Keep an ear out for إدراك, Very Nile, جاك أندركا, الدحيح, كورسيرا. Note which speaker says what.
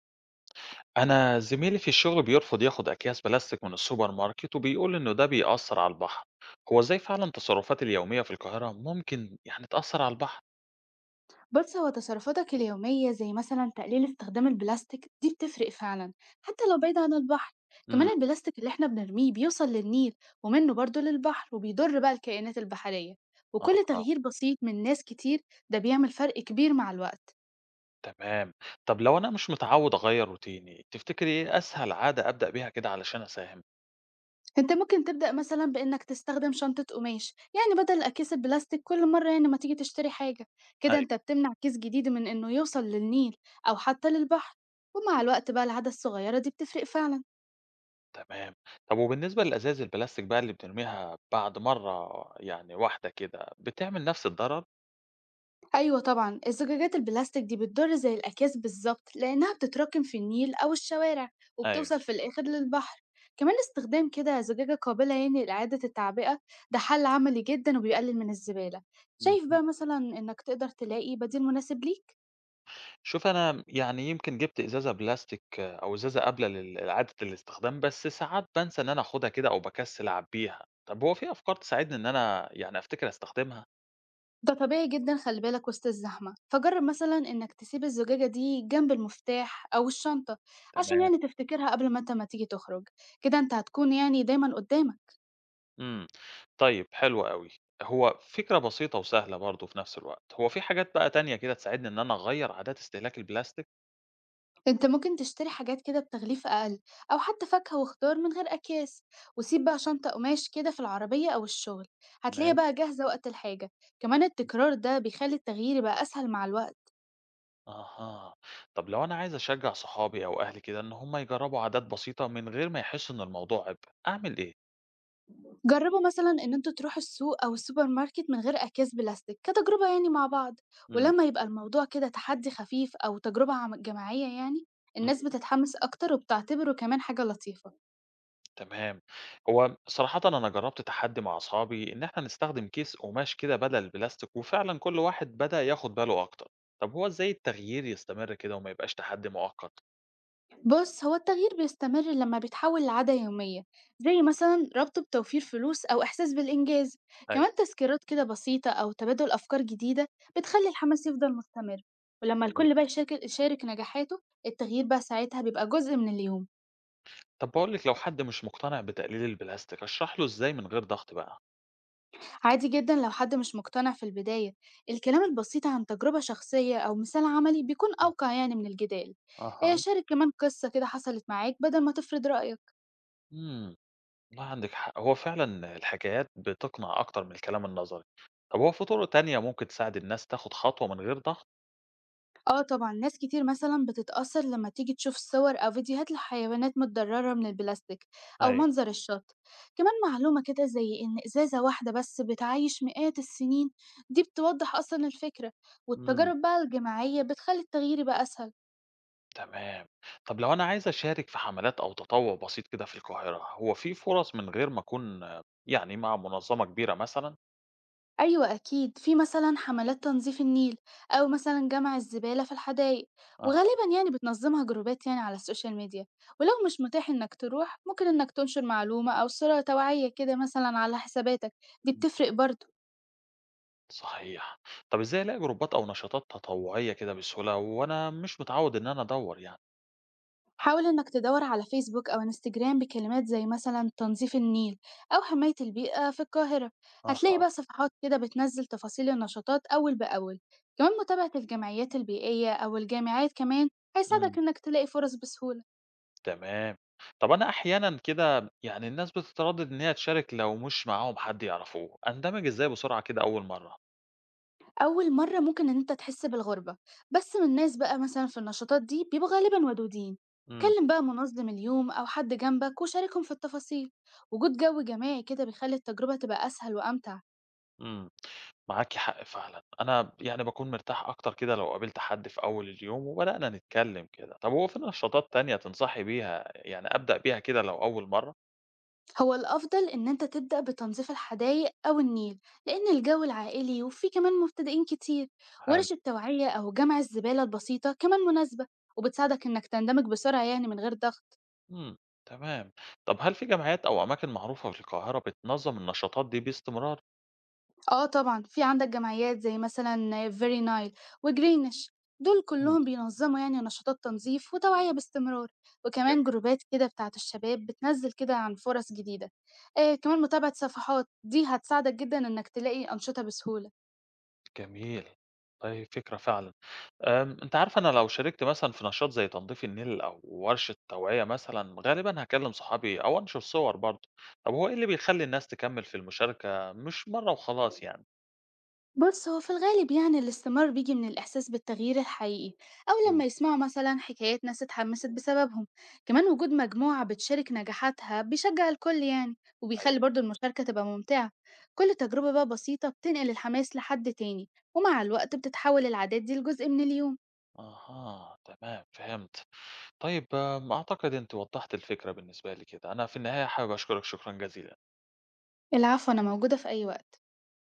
Speaker 1: أنا زميلي في الشغل بيرفض ياخد أكياس بلاستيك من السوبر ماركت وبيقول إنه ده بيأثر على البحر، هو إزاي فعلا تصرفاتي اليومية في القاهرة ممكن يعني تأثر على البحر؟
Speaker 2: بص هو تصرفاتك اليومية زي مثلا تقليل استخدام البلاستيك دي بتفرق فعلا حتى لو بعيد عن البحر. كمان
Speaker 1: امم
Speaker 2: البلاستيك اللي احنا بنرميه بيوصل للنيل ومنه برضه للبحر وبيضر بقى الكائنات البحرية،
Speaker 1: آه
Speaker 2: وكل
Speaker 1: آه،
Speaker 2: تغيير بسيط من ناس كتير ده بيعمل فرق كبير مع الوقت.
Speaker 1: تمام، طب لو أنا مش متعود أغير روتيني، تفتكري إيه أسهل عادة أبدأ بيها كده علشان أساهم؟
Speaker 2: انت ممكن تبدأ مثلا بإنك تستخدم شنطة قماش يعني بدل أكياس البلاستيك كل مرة يعني ما تيجي تشتري حاجة، كده
Speaker 1: أيوه
Speaker 2: انت بتمنع كيس جديد من إنه يوصل للنيل أو حتى للبحر. ومع الوقت بقى العادة الصغيرة دي بتفرق فعلا.
Speaker 1: تمام، طب وبالنسبة للأزاز البلاستيك بقى اللي بنرميها بعد مرة يعني واحدة كده بتعمل نفس الضرر؟
Speaker 2: أيوة طبعا الزجاجات البلاستيك دي بتضر زي الأكياس بالظبط لأنها بتتراكم في النيل أو الشوارع
Speaker 1: أيوه.
Speaker 2: وبتوصل في الآخر للبحر. كمان استخدام كده زجاجة قابلة يعني لإعادة التعبئة ده حل عملي جدا وبيقلل من الزبالة.
Speaker 1: مم.
Speaker 2: شايف بقى مثلا إنك تقدر تلاقي بديل مناسب ليك؟
Speaker 1: شوف أنا يعني يمكن جِبت إزازة بلاستيك أو إزازة قابلة لل إعادة الاستخدام، بس ساعات بانسى إن أنا آخُدها كده أو باكسّل أعبّيها. طَب هو في أفكار تساعدني إن أنا يعني أفتكر أستخدمها؟
Speaker 2: ده طبيعي جدا، خلي بالك وسط الزحمة، فجرب مثلا إنك تسيب الزجاجة دي جنب المفتاح أو الشنطة عشان
Speaker 1: تمام،
Speaker 2: يعني تفتكرها قبل ما أنت ما تيجي تخرج، كده أنت هتكون يعني دايما قدامك.
Speaker 1: إمم. طيب حلو أوي. هو فكرة بسيطة وسهلة برضه في نفس الوقت. هو في حاجات بقى تانية كده تساعدني إن أنا أغيّر عادات استهلاك البلاستيك؟
Speaker 2: انت ممكن تشتري حاجات كده بتغليف أقل أو حتى فاكهة وخضار من غير أكياس، وسيب بقى شنطة قماش كده في العربية أو الشغل هتلاقيها
Speaker 1: ماشي.
Speaker 2: بقى جاهزة وقت الحاجة. كمان التكرار ده بيخلي التغيير يبقى أسهل مع الوقت.
Speaker 1: أها. طَب لو أنا عايز أشجّع صحابي أو أهلي كده إن هم يجرّبوا عادات بسيطة من غير ما يحسّوا إن الموضوع عِبء، أعمل إيه؟
Speaker 2: جربوا مثلا إن انتوا تروحوا السوق أو السوبر ماركت من غير أكياس بلاستيك كتجربة يعني مع بعض.
Speaker 1: إمم.
Speaker 2: ولما يبقى الموضوع كده تحدي خفيف أو تجربة جماعية يعني، الناس
Speaker 1: اهم.
Speaker 2: بتتحمس أكتر وبتعتبره كمان حاجة لطيفة.
Speaker 1: تمام. هو صراحةً أنا جرّبت تحدّي مع أصحابي إن إحنا نستخدم كيس قماش كده بدل البلاستيك، وفعلًا كل واحد بدأ ياخد باله أكتر. طب هو إزاي التغيير يستمر كده وما يبقاش تحدّي مؤقت؟
Speaker 2: بص هو التغيير بيستمر لما بيتحول لعادة يومية، زي مثلا ربطه بتوفير فلوس أو إحساس بالإنجاز.
Speaker 1: أيوه.
Speaker 2: كمان تذكيرات كده بسيطة أو تبادل أفكار جديدة بتخلي الحماس يفضل مستمر. ولما
Speaker 1: إمم.
Speaker 2: الكل بقى يشارك نجاحاته، التغيير بقى ساعتها بيبقى جزء من اليوم.
Speaker 1: طب باقول لِك لو حد مش مقتنع بتقليل البلاستيك، أشرح له إزاي من غير ضغط بقى؟
Speaker 2: عادي جدا لو حد مش مقتنع في البداية، الكلام البسيط عن تجربة شخصية أو مثال عملي بيكون
Speaker 1: آه.
Speaker 2: أوقع يعني من الجدال. إيه،
Speaker 1: أها.
Speaker 2: شارك كمان قصة كده حصلت معاك بدل ما تفرض رأيك.
Speaker 1: إمم. والله عندِك حق. هو فعلًا الحكايات بتقنع أكتر من الكلام النظري. طب هو في طُرق تانية ممكن تساعد الناس تاخد خطوة من غير ضغط؟
Speaker 2: آه طبعًا، ناس كتير مثلًا بتتأثّر لمّا تيجي تشوف صور أو فيديوهات لحيوانات متضرّرة من البلاستيك أو
Speaker 1: أيوه.
Speaker 2: منظر الشط، كمان معلومة كده زي إن إزازة واحدة بس بتعيّش مئات السنين، دي بتوضّح أصلًا الفكرة،
Speaker 1: إمم.
Speaker 2: والتجارب بقى الجماعية بتخلّي التغيير يبقى أسهل.
Speaker 1: تمام. طب لو أنا عايز أشارك في حملات أو تطوع بسيط كده في القاهرة، هو في فرص من غير ما أكون يعني مع منظمة كبيرة مثلًا؟
Speaker 2: أيوة أكيد، في مثلا حملات تنظيف النيل أو مثلا جمع الزبالة في الحدائق،
Speaker 1: أها،
Speaker 2: وغالبا يعني بتنظمها جروبات يعني على السوشيال ميديا. ولو مش متاح إنك تروح ممكن إنك تنشر معلومة أو صورة توعية كده مثلا على حساباتك، دي بتفرق برضه.
Speaker 1: صحيح. طب إزاي ألاقي جروبات أو نشاطات تطوعية كده بسهولة وأنا مش متعود إن أنا أدوّر يعني؟
Speaker 2: حاول إنك تدور على فيسبوك أو انستجرام بكلمات زي مثلا تنظيف النيل أو حماية البيئة في القاهرة، هتلاقي
Speaker 1: أها،
Speaker 2: بقى صفحات كده بتنزل تفاصيل النشاطات أول بأول. كمان متابعة الجمعيات البيئية أو الجامعات كمان هيساعدك
Speaker 1: إمم،
Speaker 2: إنك تلاقي فرص بسهولة.
Speaker 1: تمام. طب أنا أحيانًا كده يعني الناس بتتردد إن هي تشارك لو مش معاهم حد يعرفوه، أندمج إزاي بسرعة كده أول مرة؟
Speaker 2: أول مرة ممكن إن أنت تحس بالغربة، بس من الناس بقى مثلا في النشاطات دي بيبقوا غالبا ودودين.
Speaker 1: إمم.
Speaker 2: كلم بقى منظم اليوم أو حد جنبك وشاركهم في التفاصيل، وجود جو جماعي كده بيخلي التجربة تبقى أسهل وأمتع.
Speaker 1: إمم، معاكِ حق فعلًا، أنا يعني باكون مرتاح أكتر كده لو قابلت حد في أول اليوم وبدأنا نتكلم كده، طب هو في نشاطات تانية تنصحي بيها يعني أبدأ بيها كده لو أول مرة؟
Speaker 2: هو الأفضل إن أنت تبدأ بتنظيف الحدائق أو النيل لأن الجو العائلي وفيه كمان مبتدئين كتير.
Speaker 1: حلو.
Speaker 2: ورش التوعية أو جمع الزبالة البسيطة كمان مناسبة وبتساعدك إنك تندمج بسرعة يعني من غير ضغط.
Speaker 1: إمم، تمام، طب هل في جمعيات أو أماكن معروفة في القاهرة بتنظم النشاطات دي باستمرار؟
Speaker 2: آه طبعًا، في عندك جمعيات زي مثلًا Very Nile وGreenish، دول
Speaker 1: إمم.
Speaker 2: كلّهم بينظّموا يعني نشاطات تنظيف وتوعية باستمرار، وكمان جروبات كده بتاعة الشباب بتنزّل كده عن فرص جديدة. كمان متابعة صفحات دي هتساعدك جدًا إنك تلاقي أنشطة بسهولة.
Speaker 1: جميل. والله فكرة فعلًا. أنتِ عارفة أنا لو شاركت مثلًا في نشاط زي تنضيف النيل أو ورشة توعية مثلًا، غالبًا هاكلم صحابي أو أنشر صور برضه. طب هو إيه اللي بيخلّي الناس تكمل في المشاركة مش مرة وخلاص يعني؟
Speaker 2: بص هو في الغالب يعني الاستمرار بيجي من الإحساس بالتغيير الحقيقي، أو لما
Speaker 1: إمم.
Speaker 2: يسمعوا مثلا حكايات ناس اتحمست بسببهم. كمان وجود مجموعة بتشارك نجاحاتها بيشجع الكل يعني وبيخلي
Speaker 1: أيوه.
Speaker 2: برضو المشاركة تبقى ممتعة. كل تجربة بقى بسيطة بتنقل الحماس لحد تاني، ومع الوقت بتتحول العادات دي لجزء من اليوم.
Speaker 1: أها، تمام فهمت. طيب أعتقد أنتِ وضّحتِ الفكرة بالنسبة لي كده. أنا في النهاية حابب أشكرِك شكرًا جزيلًا.
Speaker 2: العفو، أنا موجودة في أي وقت.